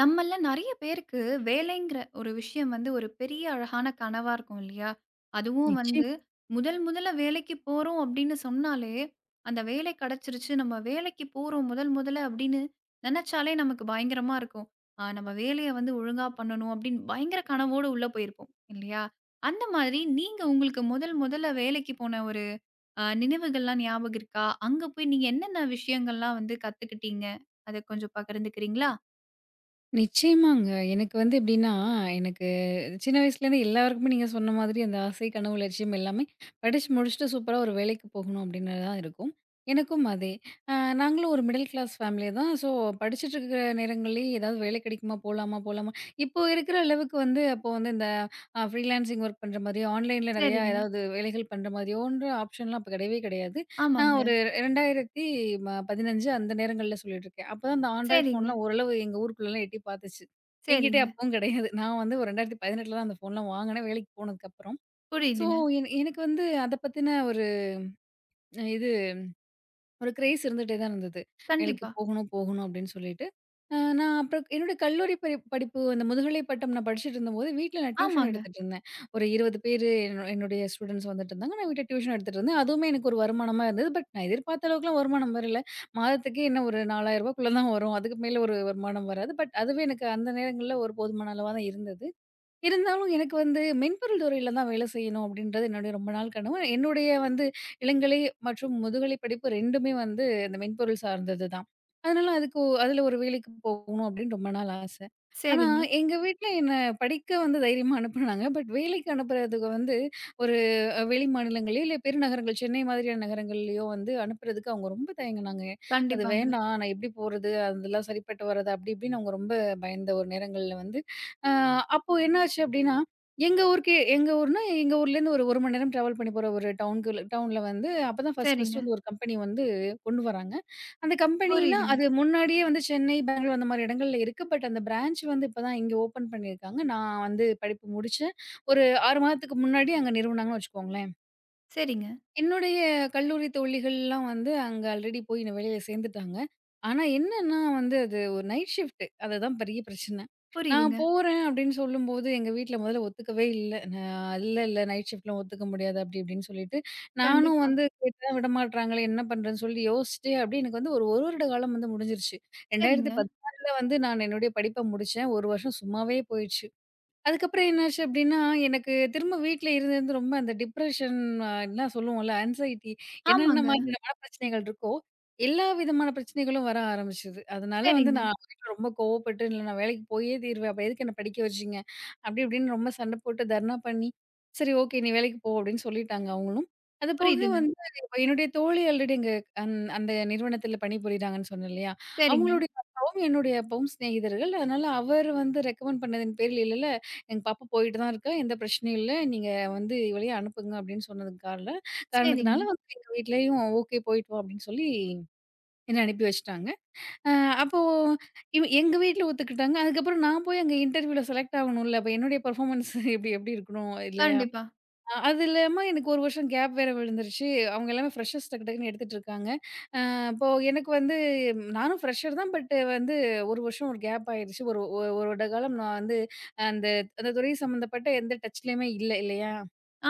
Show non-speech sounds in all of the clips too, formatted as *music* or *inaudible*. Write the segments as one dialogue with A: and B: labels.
A: நம்மள்ல நெறைய பேருக்கு வேலைங்கிற ஒரு விஷயம் ஒரு பெரிய அழகான கனவா இருக்கும் இல்லையா? அதுவும் வந்து
B: நிச்சயம்
A: முதல் முதல்ல வேலைக்கு போறோம் அப்படின்னு சொன்னாலே, அந்த வேலை கிடைச்சிருச்சு, நம்ம வேலைக்கு போறோம் முதல் முதல்ல அப்படின்னு நெனச்சாலே நமக்கு பயங்கரமா இருக்கும். நம்ம வேலைய ஒழுங்கா பண்ணணும் அப்படின்னு பயங்கர கனவோட உள்ள போயிருப்போம் இல்லையா? அந்த மாதிரி நீங்க உங்களுக்கு முதல் முதல்ல வேலைக்கு போன ஒரு நினைவுகள்லாம் ஞாபகம் இருக்கா? அங்க போய் நீங்க என்னென்ன விஷயங்கள்லாம் கத்துக்கிட்டீங்க? அத கொஞ்சம் பகிர்ந்துக்கிறீங்களா?
B: நிச்சயமாங்க. எனக்கு வந்து எப்படின்னா, எனக்கு சின்ன வயசுலேருந்து எல்லாருக்குமே நீங்க சொன்ன மாதிரி அந்த ஆசை, கனவு, லட்சியம் எல்லாமே படிச்சு முடிச்சுட்டு சூப்பரா ஒரு வேலைக்கு போகணும் அப்படின்னு தான் இருக்கும். எனக்கும் அதே. அ நாங்களும் ஒரு மிடில் கிளாஸ் ஃபேமிலி தான். ஸோ படிச்சுட்டு இருக்கிற நேரங்கள்லேயே ஏதாவது வேலை கிடைக்குமா? போலாமா? போலாமா? இப்போ இருக்கிற அளவுக்கு வந்து அப்போ வந்து இந்த ஃப்ரீலான்சிங் ஒர்க் பண்ற மாதிரியோ, ஆன்லைன்ல நெறையா
A: சரிங்க.
B: ஏதாவது வேலைகள் பண்ற மாதிரியோன்ற ஆப்ஷன்லாம் அப்போ கிடையவே கிடையாது. நான்
A: ஆமாங்க.
B: ஒரு 2,000 15 அந்த நேரங்கள்ல சொல்லிட்டுருக்கேன். அப்பதான் அந்த ஆண்ட்ராய்டு
A: சரிங்க,
B: ஃபோன்லாம் ஓரளவு எங்க ஊருக்குள்ளலாம் எட்டி பார்த்துச்சு. என்கிட்ட
A: சரிங்க.
B: அப்பவும் கிடையாது. நான் வந்து ஒரு 2018 தான் அந்த ஃபோன்லாம் வாங்குனேன். வேலைக்கு போனதுக்கப்புறம். ஸோ,
A: புரியுதுங்க.
B: எனக்கு வந்து அத பத்தின ஒரு இது ஒரு கிரேஸ் இருந்துட்டே தான் இருந்தது. வேலைக்கு
A: கண்டிப்பா.
B: போகணும், போகணும் அப்படின்னு சொல்லிட்டு. நான் அப்புறம் என்னுடைய கல்லூரி படிப்பு அந்த முதுகலை பட்டம் நான் படிச்சுட்டு இருந்தபோது, வீட்ல நான் டியூஷன்
A: ஆமாங்க.
B: எடுத்துட்டு இருந்தேன். ஒரு 20 பேரு என்னுடைய ஸ்டூடண்ட்ஸ் வந்துட்டு இருந்தாங்க. நான் வீட்ல டியூஷன் எடுத்துட்டு இருந்தேன். அதுவுமே எனக்கு ஒரு வருமானமா இருந்தது. பட் நான் எதிர்பார்த்த அளவுக்குலாம் வருமானம் வரல. மாதத்துக்கு என்ன ஒரு ரூ. 4000க்குள்ள தான் வரும். அதுக்கு மேல ஒரு வருமானம் வராது. பட் அதுவே எனக்கு அந்த நேரங்கள்ல ஒரு போதுமான அளவா தான் இருந்தது. இருந்தாலும் எனக்கு வந்து மென்பொருள் துறையில தான் வேலை செய்யணும் அப்படின்றது என்னுடைய ரொம்ப நாள் கனவு. என்னுடைய வந்து இளங்கலை மற்றும் முதுகலை படிப்பு 2மே வந்து இந்த மென்பொருள் சார்ந்தது தான். அதனால அதுக்கு அதில ஒரு வேலைக்கு போகணும் அப்படின்னு ரொம்ப நாள் ஆசை. ஆனா
A: சரிங்க.
B: எங்க வீட்ல என்ன படிக்க வந்து தைரியமா அனுப்புனாங்க. பட் வேலைக்கு அனுப்புறதுக்கு வந்து ஒரு வெளி மாநிலங்கள்லயோ இல்ல பெருநகரங்கள் சென்னை மாதிரியான நகரங்கள்லயோ வந்து அனுப்புறதுக்கு அவங்க ரொம்ப தயங்குனாங்க. அது
A: கண்டிப்பாங்க.
B: வேண்டாம் நான் எப்படி போறது? அதெல்லாம் சரிப்பட்டு வராது அப்படி இப்படின்னு அவங்க ரொம்ப பயந்த ஒரு நேரங்கள்ல வந்து அ அப்போ என்னாச்சு அப்டின்னா, எங்க ஊர்னா, எங்க ஊர்லேருந்து ஒரு 1 மணி நேரம் டிராவல் பண்ணி போற ஒரு டவுன்ல வந்து அப்பதான் ஃபர்ஸ்ட்
A: சரிங்க.
B: ஃபர்ஸ்ட்டு வந்து ஒரு கம்பெனி வந்து கொண்டு வராங்க. அந்த கம்பெனினா
A: புரியுதுங்க.
B: அது முன்னாடியே வந்து சென்னை, பெங்களூர் அந்த மாரி இடங்கள்ல இருக்கு. பட் அந்த பிரான்ச் வந்து இப்ப தான் இங்க ஓப்பன் பண்ணியிருக்காங்க. நான் வந்து படிப்பு முடிச்சேன். ஒரு 6 மாதத்துக்கு முன்னாடி அங்க நிறுவுனாங்கன்னு வச்சுக்கோங்களேன்.
A: சரிங்க.
B: என்னுடைய கல்லூரி தோழிகள்லாம் வந்து அங்க ஆல்ரெடி போய் வேலையில சேர்ந்துட்டாங்க. ஆனா என்னன்னா வந்து அது ஒரு நைட் ஷிஃப்ட். அதுதான் பெரிய பிரச்சனை. நான்
A: புரியுதுங்க.
B: போறேன் அப்படின்னு சொல்லும்போது எங்க வீட்ல முதல்ல ஒத்துக்கவே இல்ல. நான் இல்ல இல்ல நைட் ஷிஃப்ட்லாம் ஒத்துக்க முடியாது அப்படி இப்படின்னு சொல்லிட்டு, நானும்
A: கண்டிப்பா.
B: வந்து கேட்டா விடமாட்றாங்களே என்ன பண்றதுன்னு சொல்லி யோசிச்சு அப்படியே எனக்கு வந்து ஒரு 1 வருட காலம் வந்து முடிஞ்சிருச்சு.
A: சரிங்க.
B: 2016ல வந்து நான் என்னுடைய படிப்ப முடிச்சேன். 1 வருஷம் சும்மாவே போயிடுச்சு. அதுக்கப்புறம் என்னாச்சு அப்டின்னா, எனக்கு திரும்ப வீட்ல இருந்து இருந்து ரொம்ப அந்த டிப்ரஷன் எல்லாம் சொல்லுவோம்ல, ஆங்ஸைட்டி என்னென்ன
A: ஆமாங்க.
B: மாதிரியான மனப்பிரச்சனைகள் இருக்கோ, எல்லா விதமான பிரச்சனைகளும் வர ஆரம்பிச்சது. அதனால வந்து
A: சரிங்க.
B: நான் வீட்ல ரொம்ப கோவப்பட்டு, "இல்ல நான் வேலைக்கு போயே தீருவேன். அப்ப எதுக்கு என்ன படிக்க வச்சீங்க?" அப்டி இப்டின்னு ரொம்ப சண்ட போட்டு தர்ணா பண்ணி, சரி ஓகே நீ வேலைக்கு போ அப்டின்னு சொல்லிட்டாங்க அவங்களும். அது போக
A: புரியுதுங்க.
B: வந்து இப்ப என்னுடைய தோழி ஆல்ரெடி அங்க அந்த நிறுவனத்தில பணிபுரியிறாங்கன்னு சொன்னேன் இல்லையா?
A: சரிங்க.
B: அவங்களுடைய அப்பாவும் என்னுடைய அப்பாவும் சிநேகிதர்கள். அதனால அவர் வந்து ரெக்கமெண்ட் பண்ணதின் பேரில் எங்க பாப்பா போயிட்டு தான் இருக்கா. எந்த பிரச்சனையும் இல்ல. நீங்க வந்து இவளயே அனுப்புங்க அப்படின்னு சொன்னதுக்கு
A: சரிங்க.
B: காரணத்தினால வந்து எங்க வீட்லயும் ஓகே போயிட்டு வா அப்படின்னு சொல்லி என்ன அனுப்பி வச்சுட்டாங்க. அ அப்போ இவ எங்க வீட்ல ஒத்துக்கிட்டாங்க. அதுக்கப்புறம் நான் போய் அங்க இன்டர்வியூல செலக்ட் ஆகணும்ல. அப்ப என்னுடைய பெர்ஃபார்மன்ஸ் எப்படி எப்படி இருக்கணும் இல்லையா?
A: கண்டிப்பா.
B: அது இல்லாம எனக்கு 1 வருஷம் கேப் வேற விழுந்துருச்சு. அவங்க எல்லாமே ஃப்ரெஷர்ஸ் டக்கு டக்குன்னு எடுத்துட்டு இருக்காங்க. அ அப்போ எனக்கு வந்து நானும் ஃப்ரெஷர் தான். பட் வந்து 1 வருஷம் ஒரு கேப் ஆயிருச்சு. ஒரு ஒரு வருட காலம் நான் வந்து அந்த அந்த துறை சம்மந்தப்பட்ட எந்த டச்லயுமே இல்ல இல்லையா?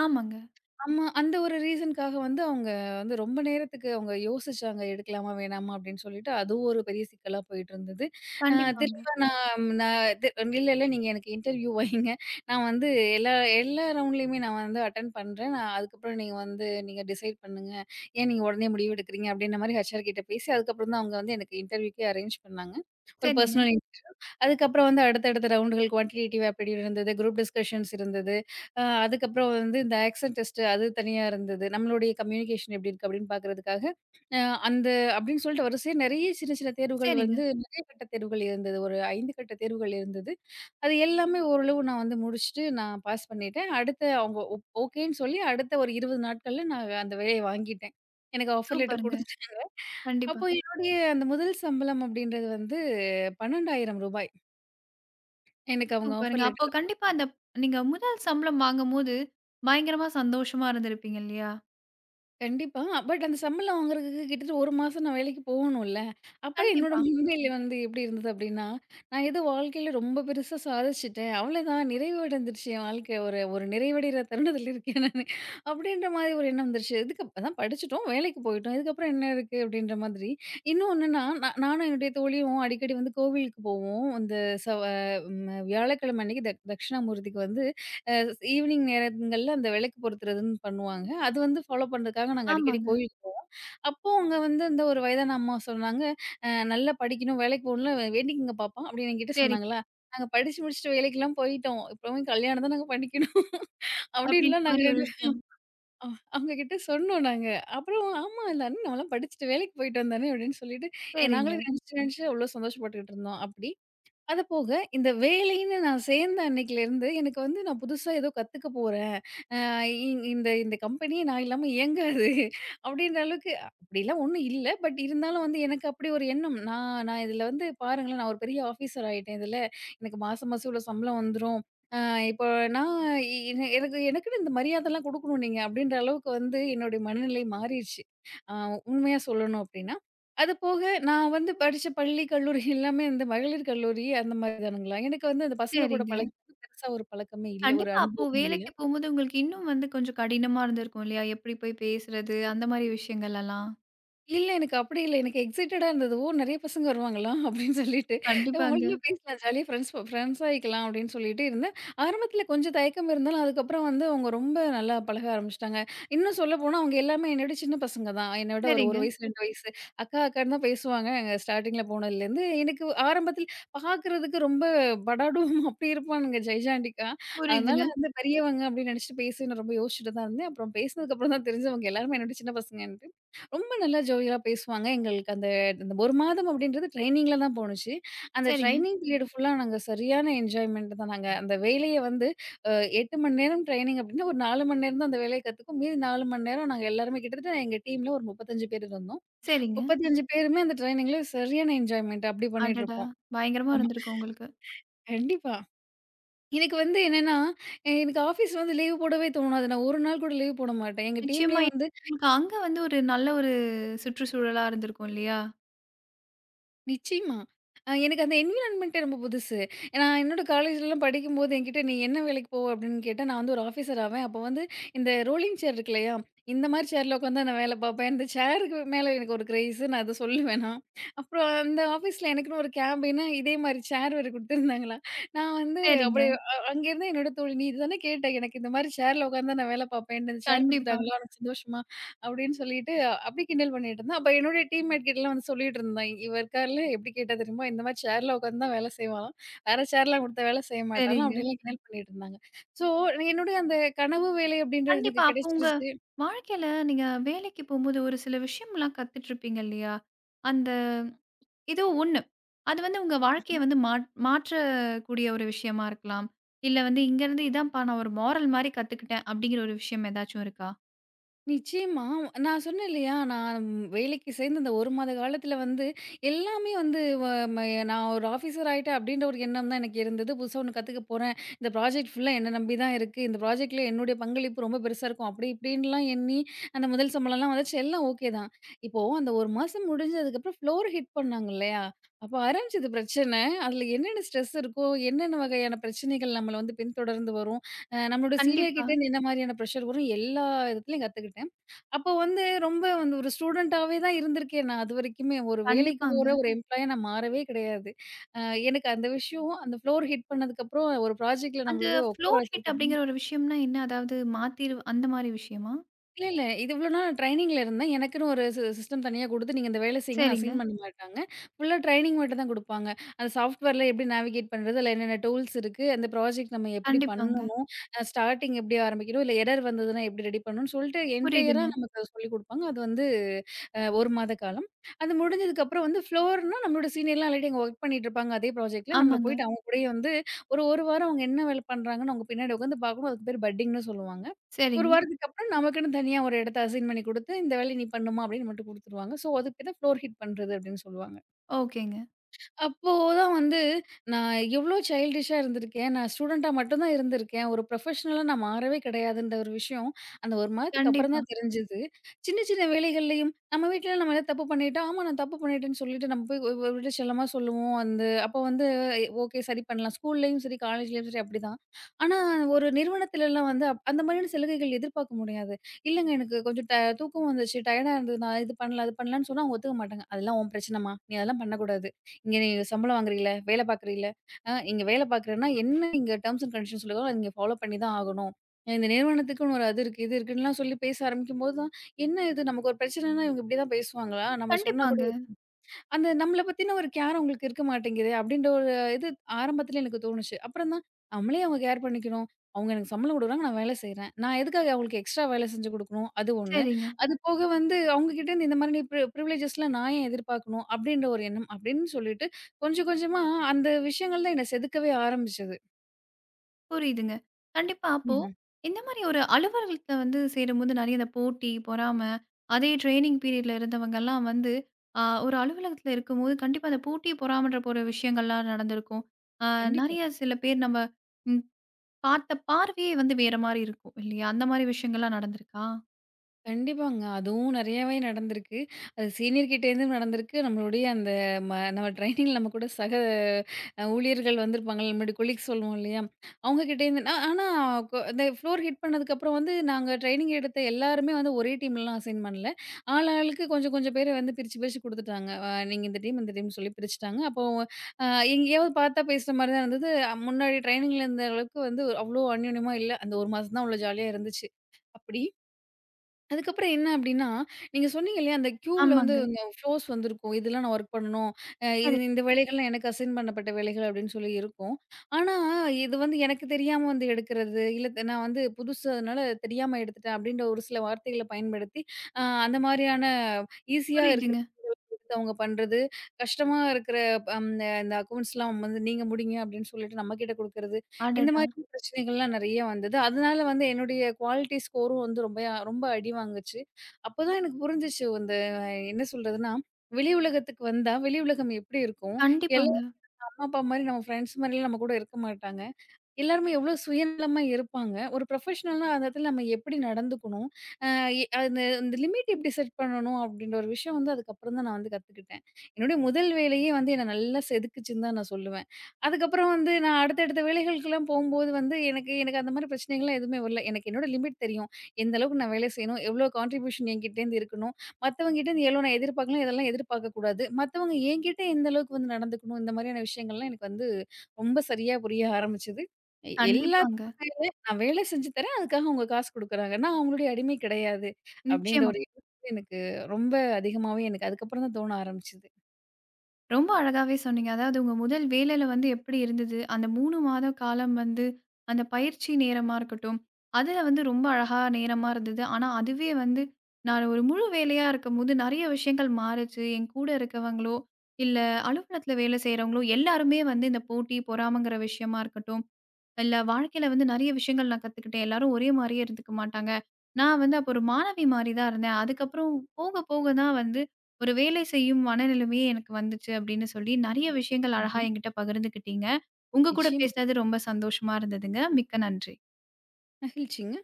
A: ஆமாங்க.
B: ஆமா. அந்த ஒரு ரீசனுக்காக வந்து அவங்க ரொம்ப நேரத்துக்கு அவங்க யோசிச்சாங்க. எடுக்கலாமா? வேணாமா? அப்படின்னு சொல்லிட்டு அதுவும் ஒரு பெரிய சிக்கலா போயிட்டுருந்தது. அ ம்.
A: கண்டிப்பாங்க.
B: திரும்ப நான் நான் இல்ல, இல்ல நீங்க எனக்கு இன்டர்வியூ வைங்க. நான் வந்து எல்லா எல்லா ரவுண்ட்லயுமே நான் வந்து அட்டெண்ட் பண்றேன். நான் அதுக்கப்புறம் நீங்க டிசைட் பண்ணுங்க. ஏன் நீங்க உடனே முடிவு எடுக்கிறீங்க? அப்படின்ற மாரி ஹெச்ஆர் கிட்ட பேசி, அதுக்கப்புறம் தான் அவங்க வந்து எனக்கு இன்டர்வியூக்கே அரேஞ்ச் பண்ணாங்க. ஒரு
A: சரிங்க.
B: பர்சனல் இன் அதுக்கப்புறம் வந்து அடுத்தடுத்த ரவுண்டுகள் குவான்டிடேட்டிவ் ஆப்டிடியூட் இருந்தது, குரூப் டிஸ்கஷன்ஸ் இருந்தது. அதுக்கப்புறம் வந்து இந்த ஆக்சென்ட் டெஸ்ட் அது தனியா இருந்தது. நம்மளுடைய கம்யூனிகேஷன் எப்படி இருக்கு அப்படின்னு பார்க்கறதுக்காக, அ அந்த அப்படின்னு சொல்லிட்டு வரிசையா நெறைய சின்ன சின்ன தேர்வுகள்
A: சரிங்க.
B: வந்து நிறைய கட்ட தேர்வுகள் இருந்தது. ஒரு 5 கட்ட தேர்வுகள் இருந்தது. அது எல்லாமே ஓரளவு நான் வந்து முடிச்சுட்டு நான் பாஸ் பண்ணிட்டேன். அடுத்த அவங்க ஓ ஓகேன்னு சொல்லி அடுத்த ஒரு 20 நாட்கள்ல நான் அந்த வேலைய வாங்கிட்டேன். எனக்கு ஆஃபர் லெட்டர்
A: சூப்பருங்க.
B: குடுத்துட்டாங்க.
A: கண்டிப்பா.
B: அப்போ என்னுடைய அந்த முதல் சம்பளம் அப்படின்றது வந்து ரூ. 12,000 எனக்கு அவங்க ஆஃபர்
A: சூப்பருங்க. அப்போ
B: லெட்டர்ல
A: கண்டிப்பா அந்த நீங்க முதல் சம்பளம் வாங்கும்போது, பயங்கரமா சந்தோஷமா இருந்திருப்பீங்க இல்லையா?
B: கண்டிப்பா. பட் அந்த சம்பளம் வாங்குறதுக்கு கிட்டத்தட்ட 1 மாசம் நான் வேலைக்கு போகணும்ல. அப்ப என்னோட
A: கண்டிப்பா.
B: மனநிலை வந்து எப்படி இருந்தது அப்படின்னா, நான் ஏதோ வாழ்க்கையில ரொம்ப பெருசா சாதிச்சுட்டேன். அவ்வளோதான் நிறைவு அடைஞ்சிருச்சு என் வாழ்க்கை. ஒரு ஒரு நிறைவடைகிற தருணத்தில இருக்கேன் நானு. அப்படின்ற மாதிரி ஒரு எண்ணம் வந்துருச்சு. இதுக்கு அதான் படிச்சுட்டோம், வேலைக்கு போயிட்டோம். இதுக்கப்புறம் என்ன இருக்கு அப்படின்ற மாதிரி. இன்னொன்னுன்னா, நானும் என்னுடைய தோழியும் அடிக்கடி வந்து கோவிலுக்கு போவோம். அந்த செவ்வ ம் வியாழக்கிழமை அன்னைக்கு தட்சிணாமூர்த்திக்கு வந்து அ ஈவினிங் நேரங்கள்ல அந்த விளக்கு பொருத்துறதுன்னு பண்ணுவாங்க. அது வந்து ஃபாலோ பண்றதுக்காக நாங்க அடிக்கடி
A: ஆமாங்க.
B: கோயிலுக்கு போவோம். அப்போ அங்க வந்து இந்த ஒரு வயதான அம்மா சொன்னாங்க, நல்லா படிக்கணும், வேலைக்கு போகணும்ல வேண்டிக்கங்க பாப்பா" அப்படின்னு என்கிட்ட
A: சரி.
B: சொன்னாங்களா. நாங்க படிச்சு முடிச்சுட்டு வேலைக்கெல்லாம் போயிட்டோம். இப்பவும் கல்யாணம் தான் நாங்க பண்ணிக்கணும்.
A: அப்படின்ற
B: அப்படின்லாம் நாங்க
A: மாரி ஒரு
B: 2
A: விஷயம்.
B: அ அவங்க கிட்ட சொன்னோம் நாங்க. அப்புறம் "ஆமா எல்லாரும் நான்லாம் படிச்சுட்டு வேலைக்கு போயிட்டு வந்தானே" அப்படின்னு சொல்லிட்டு நாங்களே
A: சரிங்க.
B: நினைச்சு நினைச்சு அவ்ளோ சந்தோஷப்பட்டுக்கிட்டு இருந்தோம் அப்படி. அது போக இந்த வேலைன்னு நான் சேர்ந்த அன்னைக்குலேருந்து எனக்கு வந்து நான் புதுசா ஏதோ கத்துக்க போறேன். இ- இந்த இந்த கம்பெனி நான் இல்லாம இயங்காது அப்படின்ற அளவுக்கு அப்படிலாம் ஒன்றும் இல்லை பட் இருந்தாலும் வந்து எனக்கு அப்படி ஒரு எண்ணம் நான் நான் இதுல வந்து பாருங்களேன் நான் ஒரு பெரிய ஆஃபீஸர் ஆயிட்டேன் இதுல எனக்கு மாசம் மாசம் இவ்வளவு சம்பளம் வந்துடும் இப்போ நான் எனக்குன்னு இந்த மரியாதைலாம் கொடுக்கணும் நீங்க அப்படின்ற அளவுக்கு வந்து என்னுடைய மனநிலை மாறிடுச்சு உண்மையா சொல்லணும் அப்படின்னா அது போக நான் வந்து படிச்ச பள்ளி கல்லூரி எல்லாமே இந்த மகளிர் கல்லூரி அந்த மாதிரி தானுங்களா எனக்கு வந்து அந்த பசங்க கூட
A: சரிங்க.
B: பழகி பெருசா ஒரு பழக்கமே இல்லை ஒரு
A: கண்டிப்பா. அப்போ
B: அனுபவமே இல்லை
A: வேலைக்கு போம்போது உங்களுக்கு இன்னும் கொஞ்சம் கடினமா இருந்திருக்கும் இல்லையா? எப்படி போய் பேசுறது? அந்த மாரி விஷயங்கள் எல்லாம்.
B: இல்ல எனக்கு அப்படி இல்ல. எனக்கு எக்ஸைட்டடா இருந்தது. "ஓ! நெறைய பசங்க வருவாங்களா?" *laughs* அப்படின்னு சொல்லிட்டு. அவங்களுக்குள்ள
A: கண்டிப்பாங்க.
B: பேசலாம் ஜாலியா ஃப்ரெண்ட்ஸ் ஃப்ரெண்ட்ஸ் ஆயிக்கலாம் அப்படின்னு சொல்லிட்டு இருந்தேன். ஆரம்பத்தில கொஞ்சம் தயக்கம் இருந்தாலும், அதுக்கப்புறம் வந்து அவங்க ரொம்ப நல்லா பழக ஆரம்பிச்சுட்டாங்க. இன்னும் சொல்லப்போனா அவங்க எல்லாமே என்னை விட சின்ன பசங்க தான். என்னை விட ஒரு
A: சரிங்க.
B: 1 வயசு, 2 வயசு. அக்கா அக்கான்னு தான் பேசுவாங்க எங்க ஸ்டார்ட்டிங்ல போனதுலேருந்து. எனக்கு ஆரம்பத்தில் பார்க்கறதுக்கு ரொம்ப படாடும் *laughs* அப்படி இருப்பானுங்க ஜெய்ஜாண்டிக்கா. அதனால
A: புரியுதுங்க.
B: வந்து பெரியவங்க அப்படின்னு நெனைச்சிட்டு பேசி நான் ரொம்ப யோசிச்சுட்டு தான் இருந்தேன். அப்புறம் பேசினதுக்கப்புறம் தான் தெரிஞ்சது அவங்க எல்லாருமே என்னை விட சின்ன பசங்கன்ட்டு. ரொம்ப நல்லா ஜோவியலா பேசுவாங்க. எங்களுக்கு அந்த அந்த 1 மாதம் அப்படின்றது ட்ரெய்னிங்ல தான் போணுச்சு. அந்த
A: சரிங்க,
B: ட்ரெய்னிங் பீரியட் ஃபுல்லா நாங்க சரியான என்ஜாய்மெண்ட் தான். நாங்க அந்த வேலைய வந்து அ 8 மணி நேரம் ட்ரெய்னிங் அப்படின்னா, ஒரு 4 மணி நேரம் தான் அந்த வேலைய கத்துக்கும். மீதி 4 மணி நேரம் நாங்க எல்லாருமே கிட்டத்தட்ட எங்க டீம்ல ஒரு 35 பேர் இருந்தோம்.
A: சரிங்க.
B: 35 பேருமே அந்த ட்ரெய்னிங்ல சரியான என்ஜாய்மெண்ட் அப்படி பண்ணிட்டு
A: அடடா!
B: இருப்போம்.
A: பயங்கரமா
B: ஆமா,
A: இருந்திருக்கும் உங்களுக்கு.
B: கண்டிப்பா. எனக்கு வந்து என்னன்னா, எனக்கு ஆஃபீஸ் வந்து லீவ் போடவே தோணாது. நான் ஒரு நாள் கூட லீவ் போட மாட்டேன். எங்க
A: நிச்சயமா
B: டீம்லயே வந்து
A: உங்களுக்கு அங்க ஒரு நல்ல ஒரு சுற்றுச்சூழலா இருந்திருக்கும் இல்லையா?
B: நிச்சயமா. எனக்கு அந்த என்விரான்மென்ட்டே ரொம்ப புதுசு. நான் என்னோட காலேஜ்லலாம் படிக்கும்போது என்கிட்ட "நீ என்ன வேலைக்கு போவ?" அப்படின்னு கேட்டா, நான் வந்து ஒரு ஆஃபீசர் ஆவேன். அப்போ வந்து இந்த ரோலிங் சேர் இருக்கு இல்லையா? இந்த மாரி சேர்ல உட்காந்து நான் வேலை பார்ப்பேன். இந்த சேருக்கு மேல எனக்கு ஒரு கிரேஸு. நான் அத சொல்லுவேன் நான். அப்புறம் அந்த ஆஃபீஸ்ல எனக்குன்னு ஒரு கேபினு, இதே மாரி சேர் வேற குடுத்துருந்தாங்களா? நான் வந்து
A: சரிங்க.
B: அப்படியே அங்கேருந்து என்னோட தோழி, "நீ இதுதானே கேட்ட? எனக்கு இந்த மாரி சேர்ல உட்காந்து தான் நான் வேலை பார்ப்பேன்ட்டு. இந்த சேர்
A: கண்டிப்பா.
B: குடுத்துட்டாங்களா? உனக்கு சந்தோஷமா?" அப்படின்னு சொல்லிட்டு அப்படி கிண்டல் பண்ணிட்டு இருந்தேன். அப்ப என்னுடைய டீம்மேட் கிட்டலாம் வந்து சொல்லிட்டு இருந்தேன். இவ இருக்கார்ல எப்படி கேட்டா தெரியுமா? இந்த மாரி சேர்ல உட்காந்து தான் வேலை செய்வாளாம். வேற சேர்லாம் கொடுத்தா வேலை செய்ய மாட்டாளாம்.
A: சரிங்க.
B: அப்படிலாம் கிண்டல் பண்ணிட்டு இருந்தாங்க. ஸோ என்னுடைய அந்த கனவு வேலை அப்படின்றது எனக்கு
A: கண்டிப்பா. அப்போ உங்க
B: கிடைச்சிருச்சு.
A: வாழ்க்கையில நீங்க வேலைக்கு போம்போது ஒரு சில விஷயம்லாம் கத்துட்டுருப்பீங்க இல்லையா? அந்த ஏதோ ஒண்ணு. அது உங்க வாழ்க்கைய மாற்றக்கூடிய ஒரு விஷயமா இருக்கலாம். இல்ல இங்கருந்து இதான்ப்பா நான் ஒரு மோரல் மாரி கத்துக்கிட்டேன் அப்படிங்கிற ஒரு விஷயம் ஏதாச்சும் இருக்கா?
B: நிச்சயமா. நான் சொன்னேன் இல்லையா, நான் வேலைக்கு சேர்ந்து அந்த 1 மாத காலத்தில வந்து எல்லாமே வந்து வ ம நான் ஒரு ஆஃபீஸர் ஆயிட்டேன் அப்படின்ற ஒரு எண்ணம் தான் எனக்கு இருந்தது. புதுசா ஒண்ணு கத்துக்க போறேன். இந்த ப்ராஜெக்ட் ஃபுல்லா என்ன நம்பி தான் இருக்கு. இந்த ப்ராஜெக்ட்ல என்னுடைய பங்களிப்பு ரொம்ப பெருசா இருக்கும். அப்படி இப்படின்லாம் எண்ணி அந்த முதல் சம்பளம்லாம் வந்துச்சு. எல்லாம் ஓகே தான். இப்போ அந்த 1 மாசம் முடிஞ்சதுக்கப்புறம் ஃப்ளோர் ஹிட் பண்ணாங்க இல்லையா, அப்ப ஆரம்பிச்சது பிரச்சனை. அதுல என்னென்ன ஸ்ட்ரெஸ் இருக்கோ, என்னென்ன வகையான பிரச்சனைகள் நம்மள வந்து பின்தொடர்ந்து வரும். நம்மளோட சீனியர்
A: கண்டிப்பா.
B: கிட்டேருந்து என்ன மாரியான ப்ரெஷர் வரும் எல்லா விதத்துலயும் கத்துக்கிட்டேன். அப்போ வந்து ரொம்ப வந்து ஒரு ஸ்டூடெண்ட்டாவே தான் இருந்திருக்கேன் நான் அதுவரைக்குமே. ஒரு வேலைக்கு போற
A: கண்டிப்பாங்க.
B: ஒரு எம்ப்ளாயா நான் மாறவே கிடையாது. அ எனக்கு அந்த விஷயம் அந்த ஃப்ளோர் ஹிட் பண்ணதுக்கப்புறம் ஒரு ப்ராஜெக்ட்ல
A: அந்த
B: நம்மள போய் உட்கார
A: ஃப்ளோர் ஹிட்
B: வச்சதுக்கப்புறம்
A: அப்படிங்கிற ஒரு விஷயம்னா என்ன? அதாவது மாத்திரு அந்த மாரி விஷயமா?
B: இல்ல. இது இவ்ளோ நாள் ட்ரெய்னிங்ல இருந்தேன். எனக்குன்னு ஒரு சிஸ்டம் தனியா குடுத்து, நீங்க இந்த வேலை செய்யுங்கன்னு
A: சரிங்க.
B: அசைன் பண்ண மாட்டாங்க. ஃபுல்லா ட்ரெய்னிங் மட்டும் தான் குடுப்பாங்க. அந்த சாஃப்ட்வேர்ல எப்படி நேவிகேட் பண்றது? அதில என்னென்ன டூல்ஸ் இருக்கு? அந்த ப்ராஜெக்ட் நம்ம எப்படி
A: கண்டிப்பாங்க.
B: பண்ணணும்? ஸ்டார்ட்டிங் எப்படி ஆரம்பிக்கணும்? இல்ல எரர் வந்ததுன்னா எப்படி ரெடி பண்ணணும்னு சொல்லிட்டு என்டையரா
A: புரியுதுங்க.
B: நமக்கு சொல்லிக் குடுப்பாங்க. அது வந்து 1 மாத காலம். அது முடிஞ்சதுக்கப்புறம் வந்து ஃப்ளோர்னா நம்மளோட சீனியர்லாம் ஆல்ரெடி அங்க ஒர்க் பண்ணிட்டு இருப்பாங்க அதே ப்ராஜெக்ட்ல. நம்மள
A: ஆமாங்க.
B: போயிட்டு அவங்க கூடயே வந்து ஒரு 1 வாரம் அவங்க என்ன வேலை பண்றாங்கன்னு அவங்க பின்னாடி உட்காந்து பார்க்கணும். அதுக்கு பேர் பட்டிங்ன்னு சொல்லுவாங்க. ஒரு
A: சரிங்க.
B: வாரத்துக்கு அப்புறம் நமக்குன்னு தனியா ஒரு இடத்த அசைன் பண்ணி குடுத்து, இந்த வேலைய நீ பண்ணுமா அப்படின்னு மட்டும் குடுத்துருவாங்க. ஸோ, அதுக்கு பேரு தான் ஃப்ளோர் ஹீட் பண்றது அப்படின்னு சொல்லுவாங்க.
A: ஓகேங்க.
B: அப்போ தான் நான் எவ்ளோ சைல்டிஷ்ஷா இருந்திருக்கேன். நான் ஸ்டூடெண்ட்டா மட்டும் தான் இருந்திருக்கேன். ஒரு ப்ரொஃபஷனலா நான் மாறவே கிடையாதுன்ற ஒரு விஷயம், அந்த 1 மாதத்துக்கு அப்புறம்
A: கண்டிப்பா.
B: தான் தெரிஞ்சது. சின்ன சின்ன வேலைகள்லயும் நம்ம வீட்ல நம்ம ஏதாவது தப்பு பண்ணிட்டோம், ஆமா நான் தப்பு பண்ணிட்டேன்னு சொல்லிட்டு நம்ம போய் இவர்ட்ட செல்லமா சொல்லுவோம். அந்த அப்போ வந்து ஓகே சரி பண்ணலாம். ஸ்கூல்லயும் சரி, காலேஜ்லயும் சரி அப்படிதான். ஆனா ஒரு நிறுவனத்துலலாம் வந்து அந்த மாதிரியான சலுகைகள் எதிர்பார்க்க முடியாது. இல்லங்க எனக்கு கொஞ்சம் தூக்கம் வந்துச்சு, டயர்டா இருந்தது, நான் இது பண்ணல, அது பண்ணலன்னு சொன்னா அவங்க ஒத்துக்க மாட்டாங்க. அதெல்லாம் உன் பிரச்சனம்மா! நீ அதெல்லாம் பண்ணக்கூடாது. "இங்க நீ சம்பளம் வாங்குறீல, வேலை பார்க்குறீல, இங்க வேலை பார்க்குறேன்னா என்ன இங்க டெர்ம்ஸ் அண்ட் கண்டிஷன்ஸ் சொல்லுதோ, அதை நீங்க ஃபாலோ பண்ணி தான் ஆகணும். இந்த நிறுவனத்துக்குன்னு ஒரு அது இருக்கு, இது இருக்குன்லாம்" சொல்லி பேச ஆரம்பிக்கும்போது தான், என்ன இது நமக்கு ஒரு பிரச்சனைன்னா இவங்க இப்படி தான் பேசுவாங்களா? நம்ம சொன்னா கூட
A: கண்டிப்பாங்க.
B: அந்த நம்மள பத்தின ஒரு கேர் அவங்களுக்கு இருக்க மாட்டேங்குதே அப்படின்ற ஒரு இது ஆரம்பத்துல எனக்கு தோணுச்சு. அப்புறம் தான் நம்மளே அவங்க கேர் பண்ணிக்கணும். அவங்க எனக்கு சம்பளம் குடுக்குறாங்க. நான் வேலை செய்றேன். நான் எதுக்காக அவங்களுக்கு எக்ஸ்ட்ரா வேலை செஞ்சு குடுக்கணும்? அது ஒண்ணு.
A: சரிங்க.
B: அது போக வந்து அவங்க கிட்ட இருந்து இந்த மாதிரி ப்ரிவிலேஜஸ்லாம் நான் ஏன் எதிர்பார்க்கணும்? அப்படின்ற ஒரு எண்ணம் அப்படின்னு சொல்லிட்டு கொஞ்சம் கொஞ்சமா அந்த விஷயங்கள் தான் என்ன செதுக்கவே ஆரம்பிச்சது.
A: புரியுதுங்க. கண்டிப்பா. அப்போ
B: ம்ஹ்ம்.
A: இந்த மாரி ஒரு அலுவலகத்துல சேரும்போது நெறைய இந்த போட்டி, பொறாம, அதே ட்ரெய்னிங் பீரியட்ல இருந்தவங்கலாம் ஒரு அலுவலகத்துல இருக்கும்போது கண்டிப்பா அந்த போட்டி, பொறாமன்ற போற விஷயங்கள்லாம் நடந்திருக்கும். அ
B: கண்டிப்பா.
A: நெறைய சில பேர் நம்ம ம் பார்த்த பார்வையே வேற மாரி இருக்கும் இல்லையா? அந்த மாரி விஷயங்கள்லாம் நடந்திருக்கா?
B: கண்டிப்பாங்க. அதுவும் நெறையாவே நடந்திருக்கு. அது சீனியர் கிட்டேருந்தும் நடந்திருக்கு. நம்மளுடைய அந்த நம்ம ட்ரெய்னிங்ல நம்ம கூட சக அ ஊழியர்கள் வந்திருப்பாங்கல்ல, நம்மளுடைய கொலீக்ஸ் சொல்லுவோம் இல்லையா? அவங்க கிட்டேருந்து ஆ ஆனா கொ இந்த ஃப்ளோர் ஹிட் பண்ணதுக்கப்புறம் வந்து நாங்க ட்ரெய்னிங் எடுத்த எல்லாருமே வந்து ஒரே டீம்லலாம் அசைன் பண்ணல. ஆள் ஆளுக்கு கொஞ்சம் கொஞ்சம் பேர வந்து பிரிச்சு பிரிச்சு குடுத்துட்டாங்க. நீங்க இந்த டீம், இந்த டீம்னு சொல்லி பிரிச்சுட்டாங்க. அப்போ அ எங்கேயாவது பார்த்தா பேசுற மாரி தான் இருந்தது. முன்னாடி ட்ரெய்னிங்ல இருந்த அளவுக்கு வந்து அவ்ளோ அந்யோன்யமா இல்ல. அந்த 1 மாசம் தான் அவ்ளோ ஜாலியா இருந்துச்சு. அப்படி அதுக்கப்புறம் என்ன அப்டின்னா, நீங்க சொன்னீங்க இல்லையா, அந்த கியூவ்ல வந்து
A: ஆமாங்க.
B: இந்த ஃப்ளோர்ஸ் வந்திருக்கும். இதெல்லாம் நான் ஒர்க் பண்ணணும். இது
A: சரி.
B: இந்த வேலைகள்லாம் எனக்கு அசைன் பண்ணப்பட்ட வேலைகள் அப்டின்னு சொல்லி இருக்கும். ஆனா, இது வந்து எனக்கு தெரியாம வந்து எடுக்கிறது, இல்ல நான் வந்து புதுசு அதனால தெரியாம எடுத்துட்டேன் அப்டின்ற ஒரு சில வார்த்தைகள பயன்படுத்தி, அந்த மாரியான ஈஸியா இருக்க
A: புரியுதுங்க.
B: அவங்க பண்றது. கஷ்டமா இருக்கிற அம் இந்த அக்கவுண்ட்ஸ்லாம் வந்து நீங்க முடிங்க அப்படின்னு சொல்லிட்டு நம்மகிட்ட குடுக்கறது. இந்த
A: அடடா!
B: மாரி பிரச்சனைகள்லாம் நெறைய வந்தது. அதனால வந்து என்னுடைய குவாலிட்டி ஸ்கோரும் வந்து ரொம்ப ரொம்ப அடி வாங்குச்சு. அப்பதான் எனக்கு புரிஞ்சுச்சு இந்த என்ன சொல்றதுன்னா, வெளி உலகத்துக்கு வந்தா வெளி உலகம் எப்படி இருக்கும்?
A: கண்டிப்பாங்க,
B: எல்லாரும் அம்மா, அப்பா மாரி நம்ம ஃப்ரெண்ட்ஸ் மாரிலாம் நம்ம கூட இருக்க மாட்டாங்க. எல்லாருமே எவ்ளோ சுயநலமா இருப்பாங்க. ஒரு ப்ரொஃபஷனல்னா அந்த இடத்துல நம்ம எப்படி நடந்துக்கணும்? அ எ அந்த அந்த லிமிட் எப்படி செட் பண்ணணும்? அப்படின்ற ஒரு விஷயம் வந்து அதுக்கப்புறம் தான் நான் வந்து கத்துக்கிட்டேன். என்னுடைய முதல் வேலையே வந்து என்ன நல்லா செதுக்குச்சுன்னு தான் நான் சொல்லுவேன். அதுக்கப்புறம் வந்து நான் அடுத்தடுத்த வேலைகளுக்கெல்லாம் போம்போது வந்து எனக்கு எனக்கு அந்த மாரி பிரச்சனைகள்லாம் எதுவுமே வரல. எனக்கு என்னோட லிமிட் தெரியும். எந்த அளவுக்கு நான் வேலை செய்யணும்? எவ்ளோ கான்ட்ரிபியூஷன் என்கிட்டேருந்து இருக்கணும்? மத்தவங்ககிட்டேருந்து எவ்ளோ நான் எதிர்பார்க்கலாம்? இதெல்லாம் எதிர்பார்க்கக்கூடாது. மத்தவங்க என்கிட்ட எந்த அளவுக்கு வந்து நடந்துக்கணும்? இந்த மாதிரியான விஷயங்கள்லாம் எனக்கு வந்து ரொம்ப சரியா புரிய ஆரம்பிச்சது.
A: கண்டிப்பாங்க.
B: எல்லாத்துக்கும் மேல நான் வேலை செஞ்சு தரேன். அதுக்காக உங்க காசு குடுக்குறாங்க. நான் அவங்களுடைய அடிமை கிடையாது. அப்படின்ற
A: நிச்சயமா.
B: ஒரு எண்ணம் எனக்கு ரொம்ப அதிகமாவே எனக்கு அதுக்கப்புறம் தான் தோண ஆரம்பிச்சது.
A: ரொம்ப அழகாவே சொன்னீங்க. அதாவது உங்க முதல் வேலையில எப்படி இருந்தது? அந்த 3 மாத காலம் அந்த பயிற்சி நேரமா இருக்கட்டும், அதுல ரொம்ப அழகா நேரமா இருந்தது. ஆனா, அதுவே வந்து நான் ஒரு முழு வேலையா இருக்கும்போது நெறைய விஷயங்கள் மாறுச்சு. என் கூட இருக்கவங்களோ, இல்ல அலுவலகத்துல வேலை செய்றவங்களோ எல்லாருமே இந்த போட்டி, பொறாமைங்கிற விஷயமா இருக்கட்டும், இல்ல வாழ்க்கையில நெறைய விஷயங்கள் நான் கத்துக்கிட்டேன். எல்லாரும் ஒரே மாரியே இருந்துக்க மாட்டாங்க. நான் அப்போ ஒரு மாணவி மாரி தான் இருந்தேன். அதுக்கப்புறம் போக போக தான் ஒரு வேலை செய்யும் மனநிலைமையே எனக்கு வந்துச்சு அப்படின்னு சொல்லி நெறைய விஷயங்கள் அழகா
B: ம்ஹ்ம்.
A: என்கிட்ட பகிர்ந்துக்கிட்டீங்க. உங்க கூட
B: நிச்சயமா
A: பேசினது ரொம்ப சந்தோஷமா இருந்ததுங்க. மிக்க நன்றி.
B: மகிழ்ச்சிங்க.